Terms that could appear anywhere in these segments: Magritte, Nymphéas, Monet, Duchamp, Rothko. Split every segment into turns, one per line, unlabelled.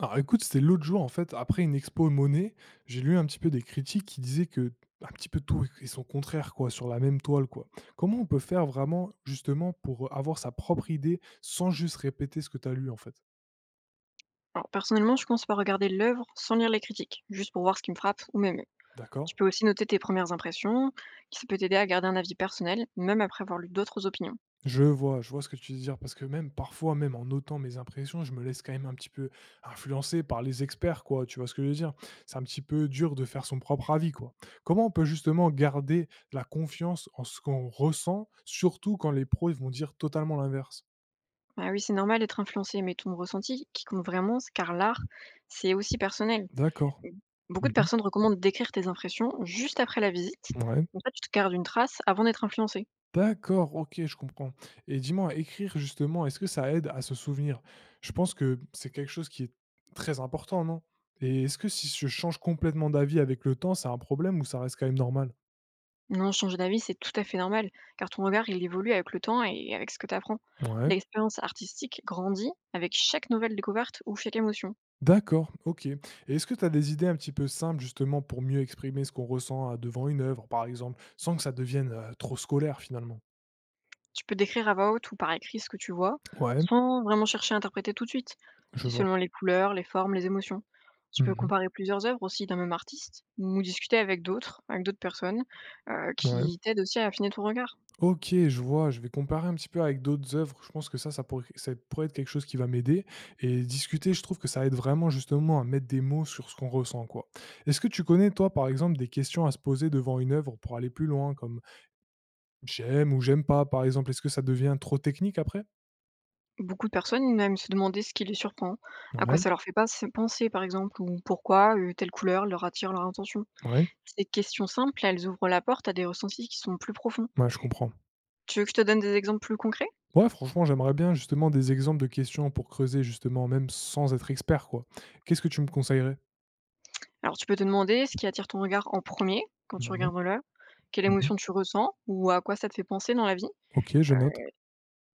Alors écoute, c'était l'autre jour en fait, après une expo Monet, j'ai lu un petit peu des critiques qui disaient que un petit peu tout et son contraire quoi, sur la même toile quoi. Comment on peut faire vraiment justement pour avoir sa propre idée sans juste répéter ce que tu as lu en fait?
Alors, personnellement, je commence par regarder l'œuvre sans lire les critiques, juste pour voir ce qui me frappe ou m'émeut.
D'accord?
Tu peux aussi noter tes premières impressions, qui ça peut t'aider à garder un avis personnel, même après avoir lu d'autres opinions.
Je vois ce que tu veux dire parce que même parfois, même en notant mes impressions, je me laisse quand même un petit peu influencer par les experts, quoi. Tu vois ce que je veux dire? C'est un petit peu dur de faire son propre avis, quoi. Comment on peut justement garder la confiance en ce qu'on ressent, surtout quand les pros, ils vont dire totalement l'inverse?
Ah oui, c'est normal d'être influencé, mais ton ressenti qui compte vraiment, car l'art, c'est aussi personnel.
D'accord.
Beaucoup de
Mhm.
personnes recommandent d'écrire tes impressions juste après la visite,
Ouais.
donc là, tu te gardes une trace avant d'être influencé.
D'accord, OK, je comprends et dis-moi, écrire justement, est-ce que ça aide à se souvenir? Je pense que c'est quelque chose qui est très important, non? Et est-ce que si je change complètement d'avis avec le temps, c'est un problème ou ça reste quand même normal?
Non, changer d'avis, c'est tout à fait normal, car ton regard, il évolue avec le temps et avec ce que tu apprends.
Ouais,
L'expérience artistique grandit avec chaque nouvelle découverte ou chaque émotion.
d'accord, OK et est-ce que tu as des idées un petit peu simples justement pour mieux exprimer ce qu'on ressent, devant une œuvre, par exemple, sans que ça devienne, trop scolaire finalement?
Tu peux décrire à voix haute ou par écrit ce que tu vois,
Ouais,
sans vraiment chercher à interpréter tout de suite.
je
Dis
vois.
seulement les couleurs, les formes, les émotions. Tu peux
Mmh.
comparer plusieurs œuvres aussi d'un même artiste, ou discuter avec d'autres personnes,
Ouais.
qui t'aident aussi à affiner ton regard.
OK, je vois, je vais comparer un petit peu avec d'autres œuvres. Je pense que ça, ça pourrait être quelque chose qui va m'aider et discuter, je trouve que ça aide vraiment justement à mettre des mots sur ce qu'on ressent, quoi. Est-ce que tu connais, toi, par exemple, des questions à se poser devant une œuvre pour aller plus loin, comme «j'aime» ou «j'aime pas», par exemple? Est-ce que ça devient trop technique après?
Beaucoup de personnes même se demander ce qui les surprend, à quoi
Ouais,
ça leur fait pas se- penser par exemple, ou pourquoi telle couleur leur attire leur attention.
ouais,
Ces questions simples, elles ouvrent la porte à des ressentis qui sont plus profonds.
ouais, je comprends.
Tu veux que je te donne des exemples plus concrets?
Ouais, franchement, j'aimerais bien justement des exemples de questions pour creuser justement, même sans être expert, quoi. Qu'est-ce que tu me conseillerais?
Alors, tu peux te demander ce qui attire ton regard en premier quand tu
Ouais, mmh.
regardes dans l'œuvre, quelle émotion tu ressens ou à quoi ça te fait penser dans la vie.
OK, je
Heu,
note.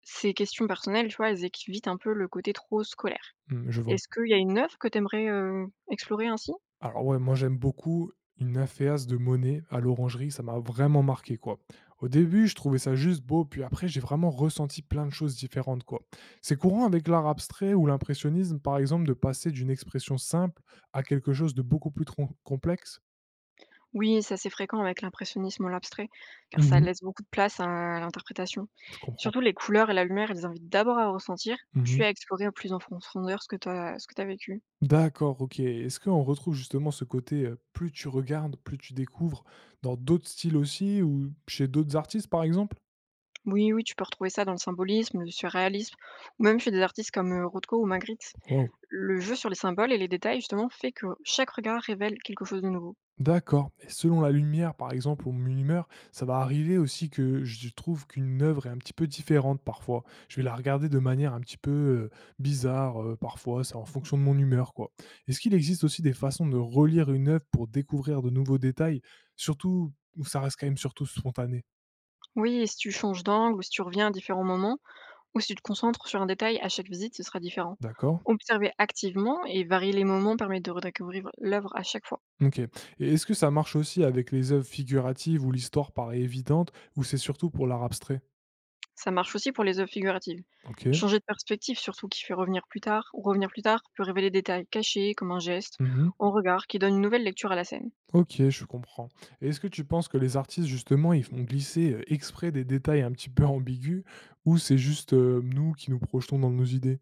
Ces questions personnelles, tu vois, elles évitent un peu le côté trop scolaire.
Mmh, je vois.
Est-ce qu'il y a une œuvre que tu aimerais, explorer ainsi?
Alors ouais, moi j'aime beaucoup une Nymphéas de Monet à l'Orangerie, ça m'a vraiment marqué quoi. Au début, je trouvais ça juste beau, puis après j'ai vraiment ressenti plein de choses différentes quoi. C'est courant avec l'art abstrait ou l'impressionnisme par exemple de passer d'une expression simple à quelque chose de beaucoup plus complexe.
Oui, c'est assez fréquent avec l'impressionnisme ou l'abstrait, car ça
Mhm.
laisse beaucoup de place à l'interprétation.
Je comprends.
Surtout les couleurs et la lumière, elles invitent d'abord à ressentir, puis
Mhm.
à explorer au plus en profondeur ce que tu as, ce que tu vécu.
D'accord, ok. Est-ce qu'on retrouve justement ce côté plus tu regardes, plus tu découvres dans d'autres styles aussi ou chez d'autres artistes par exemple?
Oui, oui, tu peux retrouver ça dans le symbolisme, le surréalisme, ou même chez des artistes comme Rothko ou Magritte.
Wow.
Le jeu sur les symboles et les détails, justement, fait que chaque regard révèle quelque chose de nouveau.
D'accord. Et selon la lumière, par exemple, ou mon humeur, ça va arriver aussi que je trouve qu'une œuvre est un petit peu différente parfois. Je vais la regarder de manière un petit peu bizarre parfois, c'est en fonction de mon humeur, quoi. Est-ce qu'il existe aussi des façons de relire une œuvre pour découvrir de nouveaux détails, surtout où ça reste quand même surtout spontané?
Oui, et si tu changes d'angle ou si tu reviens à différents moments, ou si tu te concentres sur un détail, à chaque visite, ce sera différent.
D'accord?
Observer activement et varier les moments permet de redécouvrir l'œuvre à chaque fois.
Ok. Et est-ce que ça marche aussi avec les œuvres figuratives où l'histoire paraît évidente, ou c'est surtout pour l'art abstrait?
Ça marche aussi pour les œuvres figuratives.
Ok.
Changer de perspective, surtout qui fait revenir plus tard, ou revenir plus tard, peut révéler des détails cachés, comme un geste,
Mhm.
un regard, qui donne une nouvelle lecture à la scène.
Ok, je comprends. Et est-ce que tu penses que les artistes, justement, ils font glisser exprès des détails un petit peu ambigus ou c'est juste nous qui nous projetons dans nos idées?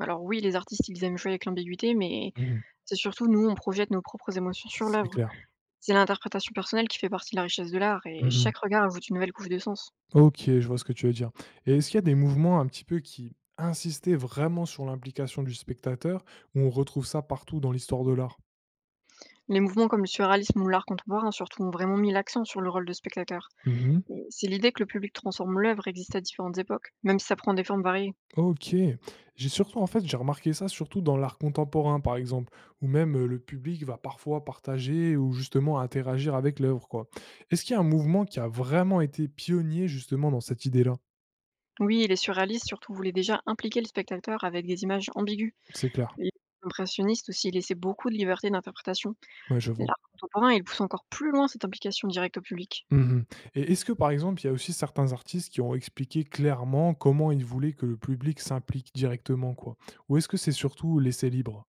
Alors oui, les artistes, ils aiment jouer avec l'ambiguïté, mais
Mhm.
c'est surtout nous, on projette nos propres émotions sur
C'est
l'œuvre.
clair.
C'est l'interprétation personnelle qui fait partie de la richesse de l'art, et
Mhm.
chaque regard ajoute une nouvelle couche de sens.
Ok, je vois ce que tu veux dire. Et est-ce qu'il y a des mouvements un petit peu qui insistaient vraiment sur l'implication du spectateur ou on retrouve ça partout dans l'histoire de l'art?
Les mouvements comme le surréalisme ou l'art contemporain, surtout, ont vraiment mis l'accent sur le rôle de spectateur.
Mhm.
Et c'est l'idée que le public transforme l'œuvre existe à différentes époques, même si ça prend des formes variées.
OK. J'ai surtout en fait, j'ai remarqué ça surtout dans l'art contemporain, par exemple, où même, le public va parfois partager ou justement interagir avec l'œuvre, quoi. Est-ce qu'il y a un mouvement qui a vraiment été pionnier justement dans cette idée-là?
Oui, les surréalistes surtout voulaient déjà impliquer le spectateur avec des images ambiguës.
C'est clair.
Les impressionnistes aussi laissaient beaucoup de liberté d'interprétation.
Ouais, je vois.
L'art contemporain, il pousse encore plus loin cette implication directe au public.
Mmh. Et est-ce que, par exemple, il y a aussi certains artistes qui ont expliqué clairement comment ils voulaient que le public s'implique directement, quoi? Ou est-ce que c'est surtout laissé libre?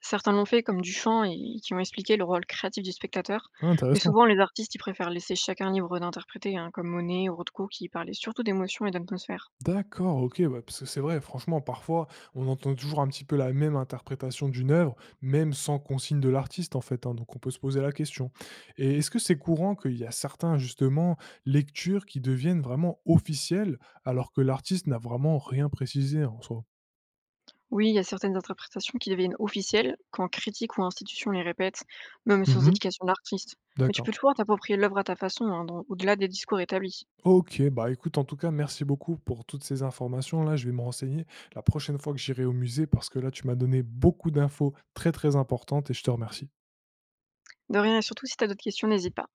Certains l'ont fait, comme Duchamp, et qui ont expliqué le rôle créatif du spectateur,
Ah
mais
intéressant.
souvent les artistes, ils préfèrent laisser chacun libre d'interpréter, hein, comme Monet ou Rothko, qui parlaient surtout d'émotions et d'atmosphère.
D'accord, OK, ouais, parce que c'est vrai, franchement, parfois, on entend toujours un petit peu la même interprétation d'une œuvre, même sans consigne de l'artiste, en fait, hein, donc on peut se poser la question. Et est-ce que c'est courant qu'il y a certains, justement, lectures qui deviennent vraiment officielles, alors que l'artiste n'a vraiment rien précisé en soi?
Oui, il y a certaines interprétations qui deviennent officielles quand critiques ou institutions les répètent, même sans
Mmh.
éducation de l'artiste. Mais tu
D'accord.
peux toujours t'approprier l'œuvre à ta façon, hein, au-delà des discours établis.
OK, bah, écoute, en tout cas, merci beaucoup pour toutes ces informations-là. Je vais me renseigner la prochaine fois que j'irai au musée parce que là, tu m'as donné beaucoup d'infos très, très importantes et je te remercie.
De rien, et surtout si tu as d'autres questions, n'hésite pas.